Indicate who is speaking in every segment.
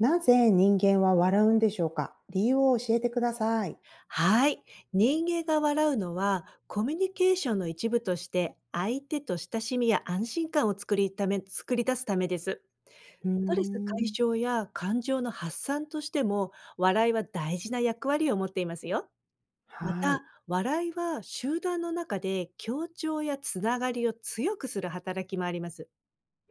Speaker 1: なぜ人間は笑うんでしょうか？理由を教えてください。
Speaker 2: はい。人間が笑うのは、コミュニケーションの一部として、相手と親しみや安心感を作り出すためです。
Speaker 1: うー
Speaker 2: ストレス解
Speaker 1: ん。
Speaker 2: 消や感情の発散としても、笑いは大事な役割を持っていますよ。ま
Speaker 1: は
Speaker 2: た、
Speaker 1: い。
Speaker 2: 笑いは集団の中で協調やつながりを強くする働きもあります。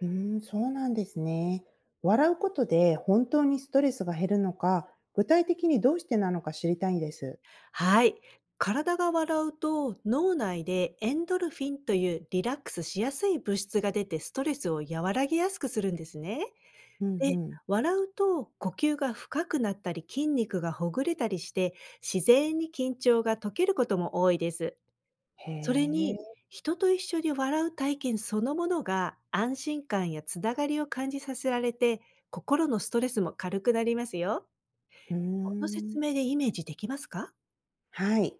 Speaker 1: うーん、そうなんですね。笑うことで本当にストレスが減るのか、具体的にどうしてなのか知りたいんです。
Speaker 2: はい。体が笑うと脳内でエンドルフィンというリラックスしやすい物質が出て、ストレスを和らげやすくするんですね。
Speaker 1: うんう
Speaker 2: で、
Speaker 1: ん。
Speaker 2: 笑うと呼吸が深くなったり筋肉がほぐれたりして、自然に緊張が解けることも多いです。
Speaker 1: へ
Speaker 2: それに、
Speaker 1: え。
Speaker 2: 人と一緒に笑う体験そのものが安心感やつながりを感じさせられて、心のストレスも軽くなりますよ。
Speaker 1: うー
Speaker 2: この説
Speaker 1: ん。
Speaker 2: 明でイメージできますか？
Speaker 1: はい。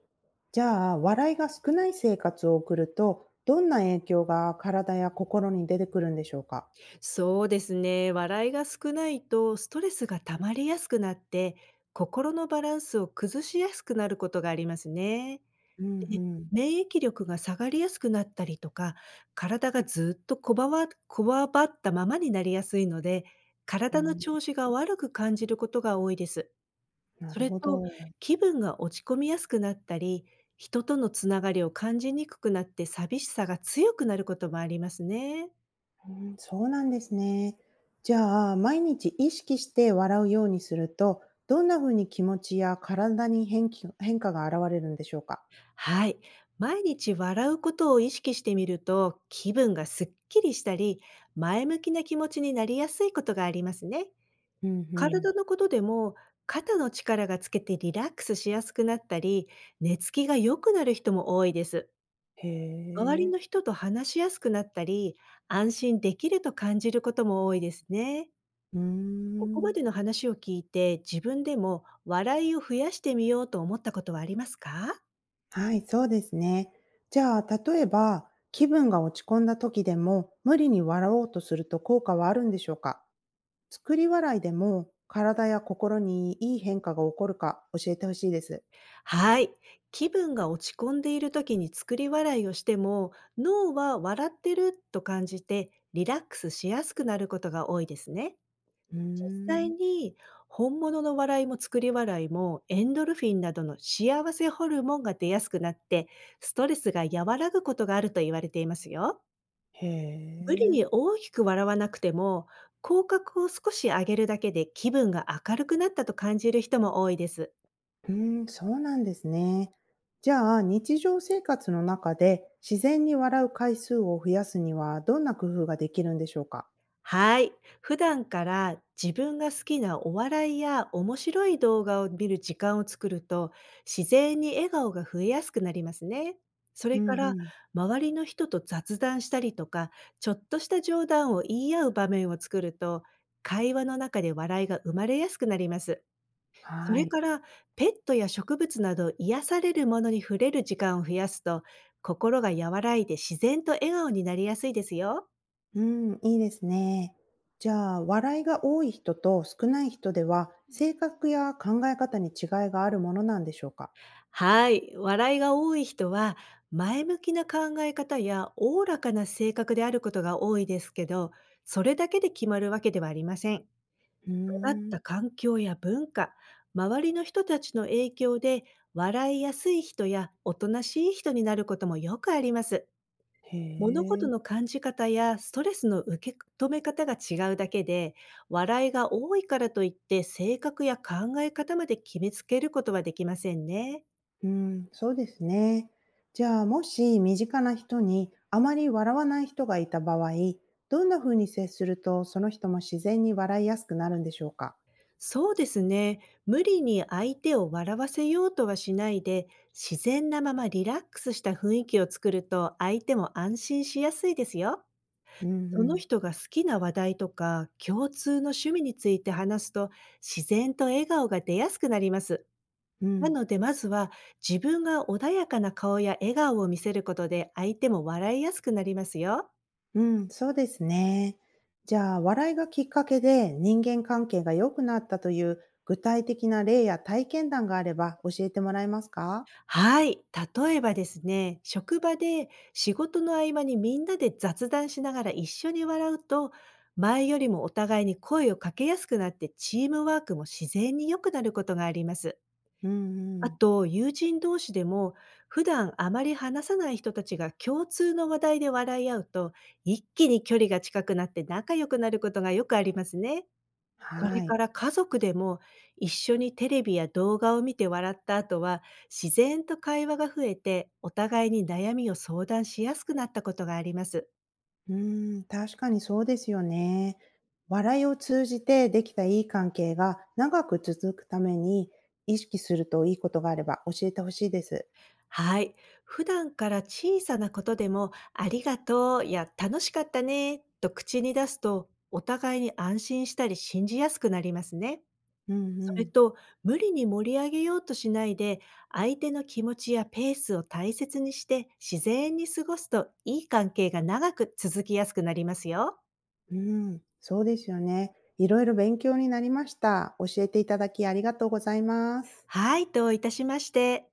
Speaker 1: じゃあ、笑いが少ない生活を送ると、どんな影響が体や心に出てくるんでしょうか？
Speaker 2: そうですね。笑いが少ないとストレスが溜まりやすくなって、心のバランスを崩しやすくなることがありますね。
Speaker 1: うんう
Speaker 2: で、
Speaker 1: ん。
Speaker 2: 免疫力が下がりやすくなったりとか、体がずっとこわばったままになりやすいので、
Speaker 1: う
Speaker 2: 体の
Speaker 1: ん、
Speaker 2: 調子が悪く感じることが多いです。
Speaker 1: な
Speaker 2: そ
Speaker 1: る
Speaker 2: れ
Speaker 1: ほ
Speaker 2: と、
Speaker 1: ど。
Speaker 2: 気分が落ち込みやすくなったり、人とのつながりを感じにくくなって寂しさが強くなることもありますね。
Speaker 1: うん、そうなんですね。じゃあ、毎日意識して笑うようにすると、どんな風に気持ちや体に変化が現れるんでしょうか？
Speaker 2: はい。毎日笑うことを意識してみると、気分がすっきりしたり、前向きな気持ちになりやすいことがありますね。
Speaker 1: うんうん。
Speaker 2: 体のことでも、肩の力がつけてリラックスしやすくなったり、寝つきが良くなる人も多いです。
Speaker 1: へ
Speaker 2: 周り
Speaker 1: え。
Speaker 2: の人と話しやすくなったり、安心できると感じることも多いですね。
Speaker 1: うー
Speaker 2: ここま
Speaker 1: ん。
Speaker 2: での話を聞いて、自分でも笑いを増やしてみようと思ったことはありますか？
Speaker 1: はい、そうですね。じゃあ、例えば、気分が落ち込んだ時でも、無理に笑おうとすると効果はあるんでしょうか？作り笑いでも、体や心にいい変化が起こるか教えてほしいです。
Speaker 2: はい。気分が落ち込んでいる時に作り笑いをしても、脳は笑ってると感じてリラックスしやすくなることが多いですね。
Speaker 1: うー
Speaker 2: 実際
Speaker 1: ん。
Speaker 2: に、本物の笑いも作り笑いもエンドルフィンなどの幸せホルモンが出やすくなって、ストレスが和らぐことがあると言われていますよ。
Speaker 1: へ
Speaker 2: 無理
Speaker 1: え。
Speaker 2: に大きく笑わなくても、口角を少し上げるだけで気分が明るくなったと感じる人も多いです。
Speaker 1: うーん、そうなんですね。じゃあ、日常生活の中で自然に笑う回数を増やすにはどんな工夫ができるんでしょうか？
Speaker 2: はい。普段から自分が好きなお笑いや面白い動画を見る時間を作ると、自然に笑顔が増えやすくなりますね。そ
Speaker 1: う
Speaker 2: れ
Speaker 1: ん
Speaker 2: か
Speaker 1: う
Speaker 2: ら、
Speaker 1: ん。
Speaker 2: 周りの人と雑談したりとか、ちょっとした冗談を言い合う場面を作ると、会話の中で笑いが生まれやすくなります。そ
Speaker 1: は
Speaker 2: れ
Speaker 1: い。
Speaker 2: から、ペットや植物など癒されるものに触れる時間を増やすと、心が和らいで自然と笑顔になりやすいですよ。
Speaker 1: うん、いいですね。じゃあ、笑いが多い人と少ない人では、性格や考え方に違いがあるものなんでしょうか？
Speaker 2: はい。笑いが多い人は、前向きな考え方やおおらかな性格であることが多いですけど、それだけで決まるわけではありません。
Speaker 1: うー
Speaker 2: 育っ
Speaker 1: ん。
Speaker 2: た環境や文化、周りの人たちの影響で、笑いやすい人やおとなしい人になることもよくあります。
Speaker 1: へ
Speaker 2: 物事
Speaker 1: え。
Speaker 2: の感じ方やストレスの受け止め方が違うだけで、笑いが多いからといって性格や考え方まで決めつけることはできませんね。
Speaker 1: うん、そうですね。じゃあ、もし身近な人にあまり笑わない人がいた場合、どんな風に接するとその人も自然に笑いやすくなるんでしょうか？
Speaker 2: そうですね。無理に相手を笑わせようとはしないで、自然なままリラックスした雰囲気を作ると相手も安心しやすいですよ。
Speaker 1: うんう
Speaker 2: その
Speaker 1: ん。
Speaker 2: 人が好きな話題とか共通の趣味について話すと、自然と笑顔が出やすくなります。
Speaker 1: う
Speaker 2: な
Speaker 1: ん。
Speaker 2: のでまずは、自分が穏やかな顔や笑顔を見せることで相手も笑いやすくなりますよ。
Speaker 1: うん、そうですね。じゃあ、笑いがきっかけで人間関係が良くなったという具体的な例や体験談があれば教えてもらえますか？
Speaker 2: はい。例えばですね、職場で仕事の合間にみんなで雑談しながら一緒に笑うと、前よりもお互いに声をかけやすくなって、チームワークも自然に良くなることがあります。
Speaker 1: うんう
Speaker 2: あ
Speaker 1: ん。
Speaker 2: と、友人同士でも普段あまり話さない人たちが共通の話題で笑い合うと、一気に距離が近くなって仲良くなることがよくありますね。そ
Speaker 1: は
Speaker 2: れか
Speaker 1: い。
Speaker 2: ら家族でも、一緒にテレビや動画を見て笑った後は、自然と会話が増えてお互いに悩みを相談しやすくなったことがあります。
Speaker 1: うーん、確かにそうですよね。笑いを通じてできたいい関係が長く続くために意識するといいことがあれば教えてほしいです。
Speaker 2: はい。普段から小さなことでもありがとうや楽しかったねと口に出すと、お互いに安心したり信じやすくなりますね。
Speaker 1: うんう
Speaker 2: それ
Speaker 1: ん。
Speaker 2: と、無理に盛り上げようとしないで、相手の気持ちやペースを大切にして、自然に過ごすと、いい関係が長く続きやすくなりますよ。
Speaker 1: うん、そうですよね。いろいろ勉強になりました。教えていただきありがとうございます。
Speaker 2: はい、どういたしまして。